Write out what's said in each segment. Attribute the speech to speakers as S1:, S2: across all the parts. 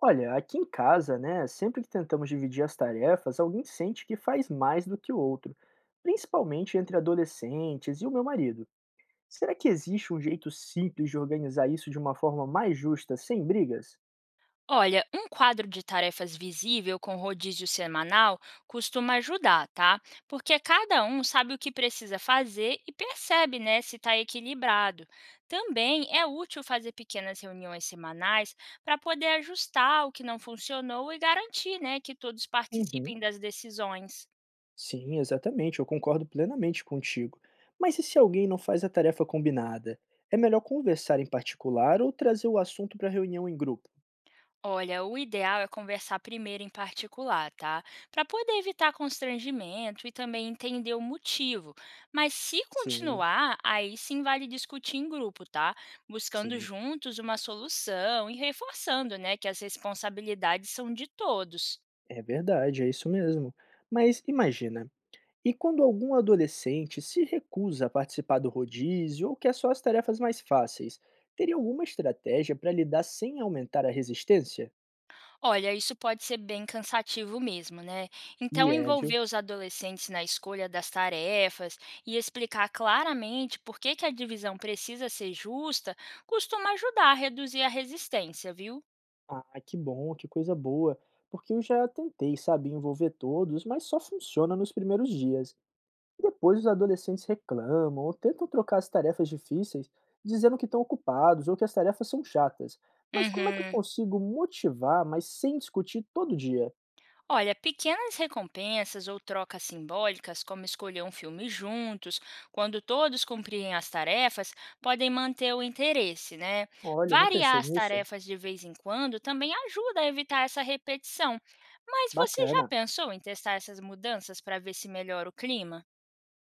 S1: Olha, aqui em casa, né, sempre que tentamos dividir as tarefas, alguém sente que faz mais do que o outro, principalmente entre adolescentes e o meu marido. Será que existe um jeito simples de organizar isso de uma forma mais justa, sem brigas?
S2: Olha, um quadro de tarefas visível com rodízio semanal costuma ajudar, tá? Porque cada um sabe o que precisa fazer e percebe, né, se está equilibrado. Também é útil fazer pequenas reuniões semanais para poder ajustar o que não funcionou e garantir, né, que todos
S1: Uhum.
S2: participem das decisões.
S1: Sim, exatamente, eu concordo plenamente contigo. Mas e se alguém não faz a tarefa combinada? É melhor conversar em particular ou trazer o assunto para reunião em grupo?
S2: Olha, o ideal é conversar primeiro em particular, tá? Para poder evitar constrangimento e também entender o motivo. Mas se
S1: Sim,
S2: continuar, aí sim vale discutir em grupo, tá? Buscando
S1: sim,
S2: juntos uma solução e reforçando, né, que as responsabilidades são de todos.
S1: é verdade, é isso mesmo. Mas imagina. E quando algum adolescente se recusa a participar do rodízio ou quer só as tarefas mais fáceis, teria alguma estratégia para lidar sem aumentar a resistência?
S2: Olha, isso pode ser bem cansativo mesmo, né? Então,
S1: E é, viu?
S2: envolver os adolescentes na escolha das tarefas e explicar claramente por que que a divisão precisa ser justa costuma ajudar a reduzir a resistência, viu?
S1: Ah, que bom, que coisa boa. Porque eu já tentei, sabe, envolver todos, mas só funciona nos primeiros dias. Depois os adolescentes reclamam ou tentam trocar as tarefas difíceis, dizendo que estão ocupados ou que as tarefas são chatas. Mas como é que eu
S2: Uhum.
S1: consigo motivar, mas sem discutir todo dia?
S2: Olha, pequenas recompensas ou trocas simbólicas, como escolher um filme juntos, quando todos cumprirem as tarefas, podem manter o interesse, né?
S1: Olha, eu não
S2: Variar
S1: pensei
S2: as
S1: nisso.
S2: tarefas de vez em quando também ajuda a evitar essa repetição. Mas você já
S1: Bacana.
S2: pensou em testar essas mudanças para ver se melhora o clima?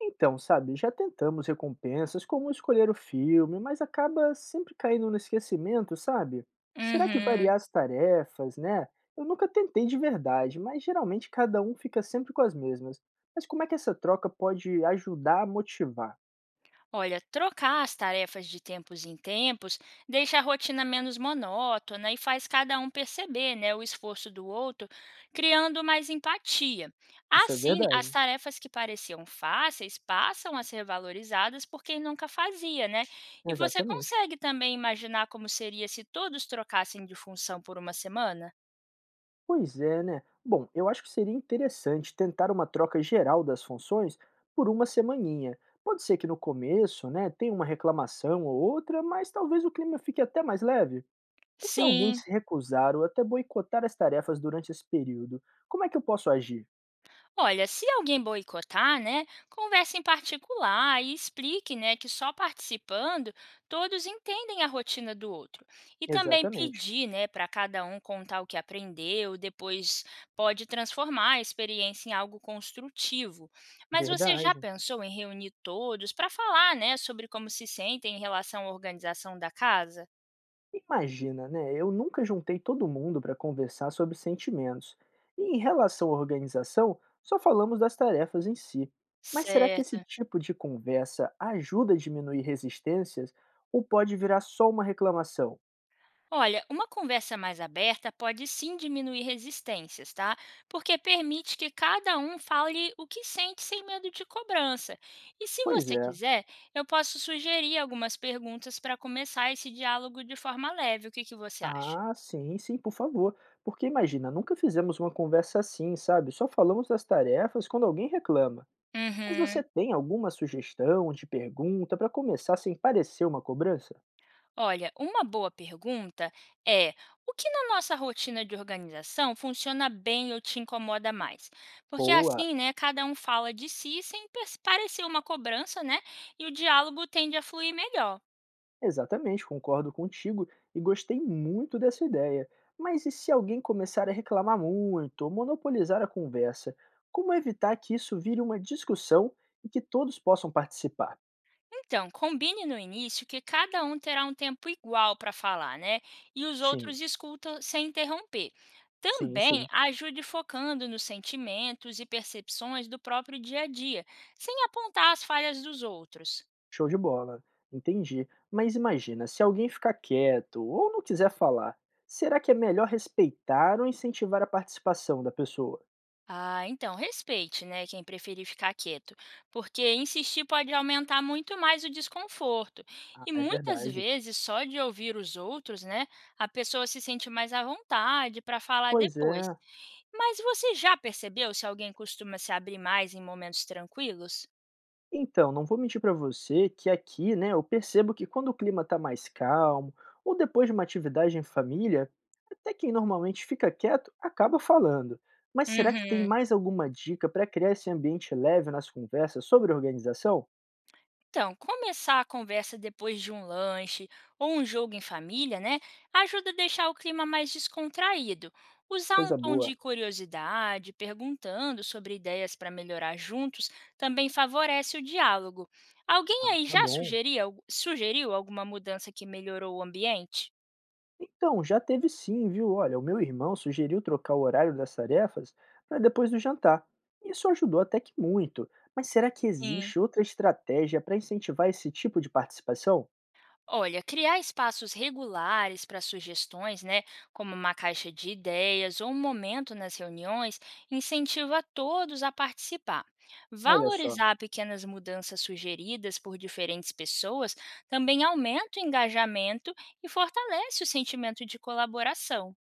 S1: Então, sabe, já tentamos recompensas como escolher o filme, mas acaba sempre caindo no esquecimento, sabe? Será que
S2: Uhum.
S1: variar as tarefas, né? Eu nunca tentei de verdade, mas geralmente cada um fica sempre com as mesmas. Mas como é que essa troca pode ajudar a motivar?
S2: Olha, trocar as tarefas de tempos em tempos deixa a rotina menos monótona e faz cada um perceber, né, o esforço do outro, criando mais empatia.
S1: Isso é
S2: Assim, as
S1: verdade.
S2: tarefas que pareciam fáceis passam a ser valorizadas por quem nunca fazia, né? E você
S1: Exatamente.
S2: consegue também imaginar como seria se todos trocassem de função por uma semana?
S1: Pois é, né? Bom, eu acho que seria interessante tentar uma troca geral das funções por uma semaninha. Pode ser que no começo, né, tenha uma reclamação ou outra, mas talvez o clima fique até mais leve. E se alguém
S2: Sim.
S1: se recusar ou até boicotar as tarefas durante esse período, como é que eu posso agir?
S2: Olha, se alguém boicotar, né, converse em particular e explique, né, que só participando todos entendem a rotina do outro. E também
S1: Exatamente.
S2: pedir, né, para cada um contar o que aprendeu, depois pode transformar a experiência em algo construtivo. Mas você já
S1: Verdade.
S2: pensou em reunir todos para falar, né, sobre como se sentem em relação à organização da casa?
S1: Imagina, né? Eu nunca juntei todo mundo para conversar sobre sentimentos. E em relação à organização, só falamos das tarefas em si. Mas será que esse
S2: Certo.
S1: tipo de conversa ajuda a diminuir resistências ou pode virar só uma reclamação?
S2: Olha, uma conversa mais aberta pode sim diminuir resistências, tá? Porque permite que cada um fale o que sente sem medo de cobrança. E se
S1: Pois
S2: você
S1: é.
S2: quiser, eu posso sugerir algumas perguntas para começar esse diálogo de forma leve. O que que você acha?
S1: Ah, sim, sim, por favor. Porque imagina, nunca fizemos uma conversa assim, sabe? Só falamos das tarefas quando alguém reclama. Mas você
S2: Uhum.
S1: tem alguma sugestão de pergunta para começar sem parecer uma cobrança?
S2: Olha, uma boa pergunta é: o que na nossa rotina de organização funciona bem ou te incomoda mais? Porque
S1: Boa!
S2: assim, né, cada um fala de si sem parecer uma cobrança, né? E o diálogo tende a fluir melhor.
S1: Exatamente, concordo contigo e gostei muito dessa ideia. Mas e se alguém começar a reclamar muito ou monopolizar a conversa? Como evitar que isso vire uma discussão e que todos possam participar?
S2: Então, combine no início que cada um terá um tempo igual para falar, né? E os
S1: Sim,
S2: outros escutam sem interromper.
S1: sim,
S2: Também
S1: sim.
S2: ajude focando nos sentimentos e percepções do próprio dia a dia, sem apontar as falhas dos outros.
S1: Show de bola. Entendi. Mas imagina, se alguém ficar quieto ou não quiser falar, será que é melhor respeitar ou incentivar a participação da pessoa?
S2: Ah, então respeite, né, quem preferir ficar quieto, porque insistir pode aumentar muito mais o desconforto.
S1: Ah,
S2: E
S1: é
S2: muitas
S1: verdade.
S2: vezes, só de ouvir os outros, né, a pessoa se sente mais à vontade para falar
S1: Pois
S2: depois.
S1: é.
S2: Mas você já percebeu se alguém costuma se abrir mais em momentos tranquilos?
S1: Então, não vou mentir para você que aqui, né, eu percebo que quando o clima está mais calmo, ou depois de uma atividade em família, até quem normalmente fica quieto acaba falando. Mas será que tem
S2: Uhum.
S1: mais alguma dica para criar esse ambiente leve nas conversas sobre organização?
S2: Então, começar a conversa depois de um lanche ou um jogo em família, né, ajuda a deixar o clima mais descontraído. Usar um
S1: Coisa
S2: tom
S1: boa.
S2: de curiosidade, perguntando sobre ideias para melhorar juntos, também favorece o diálogo. Alguém
S1: Ah,
S2: aí
S1: tá
S2: já
S1: bom.
S2: sugeriu alguma mudança que melhorou o ambiente?
S1: Então, já teve sim, viu? Olha, o meu irmão sugeriu trocar o horário das tarefas para depois do jantar. Isso ajudou até que muito. Mas será que
S2: Sim.
S1: existe outra estratégia para incentivar esse tipo de participação?
S2: Olha, criar espaços regulares para sugestões, né, como uma caixa de ideias ou um momento nas reuniões, incentiva todos a participar.
S1: Olha só.
S2: Valorizar pequenas mudanças sugeridas por diferentes pessoas também aumenta o engajamento e fortalece o sentimento de colaboração.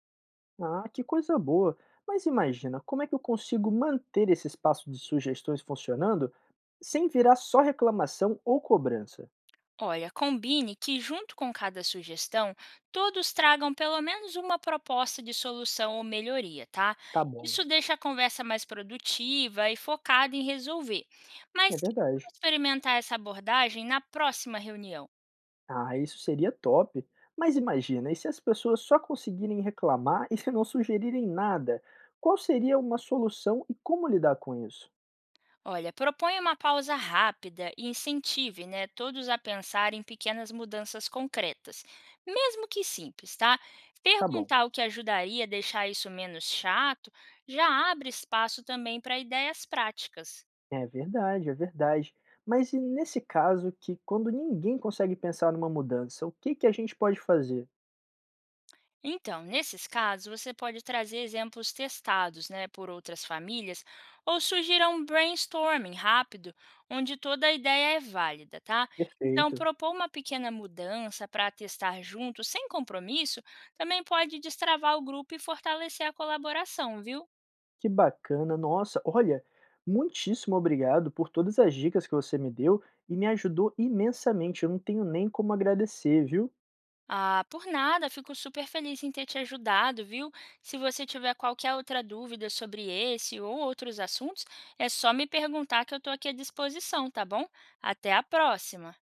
S1: Ah, que coisa boa. Mas imagina, como é que eu consigo manter esse espaço de sugestões funcionando sem virar só reclamação ou cobrança?
S2: Olha, combine que, junto com cada sugestão, todos tragam pelo menos uma proposta de solução ou melhoria, tá?
S1: Tá
S2: Isso
S1: bom,
S2: deixa a conversa mais produtiva e focada em resolver. Mas
S1: é
S2: quem vai
S1: verdade.
S2: experimentar essa abordagem na próxima reunião?
S1: Ah, isso seria top. Mas imagina, e se as pessoas só conseguirem reclamar e se não sugerirem nada? Qual seria uma solução e como lidar com isso?
S2: Olha, proponha uma pausa rápida e incentive, né, todos a pensar em pequenas mudanças concretas, mesmo que simples, tá?
S1: Tá bom,
S2: Perguntar o que ajudaria a deixar isso menos chato já abre espaço também para ideias práticas.
S1: é verdade, é verdade. Mas e nesse caso que quando ninguém consegue pensar numa mudança, o que que a gente pode fazer?
S2: Então, nesses casos, você pode trazer exemplos testados né, por outras famílias ou sugira um brainstorming rápido, onde toda a ideia é válida, tá? Então,
S1: Perfeito.
S2: propor uma pequena mudança para testar junto, sem compromisso, também pode destravar o grupo e fortalecer a colaboração, viu?
S1: Que bacana, nossa, olha, muitíssimo obrigado por todas as dicas que você me deu e me ajudou imensamente, eu não tenho nem como agradecer, viu?
S2: Ah, por nada, fico super feliz em ter te ajudado, viu? Se você tiver qualquer outra dúvida sobre esse ou outros assuntos, é só me perguntar que eu estou aqui à disposição, tá bom? Até a próxima!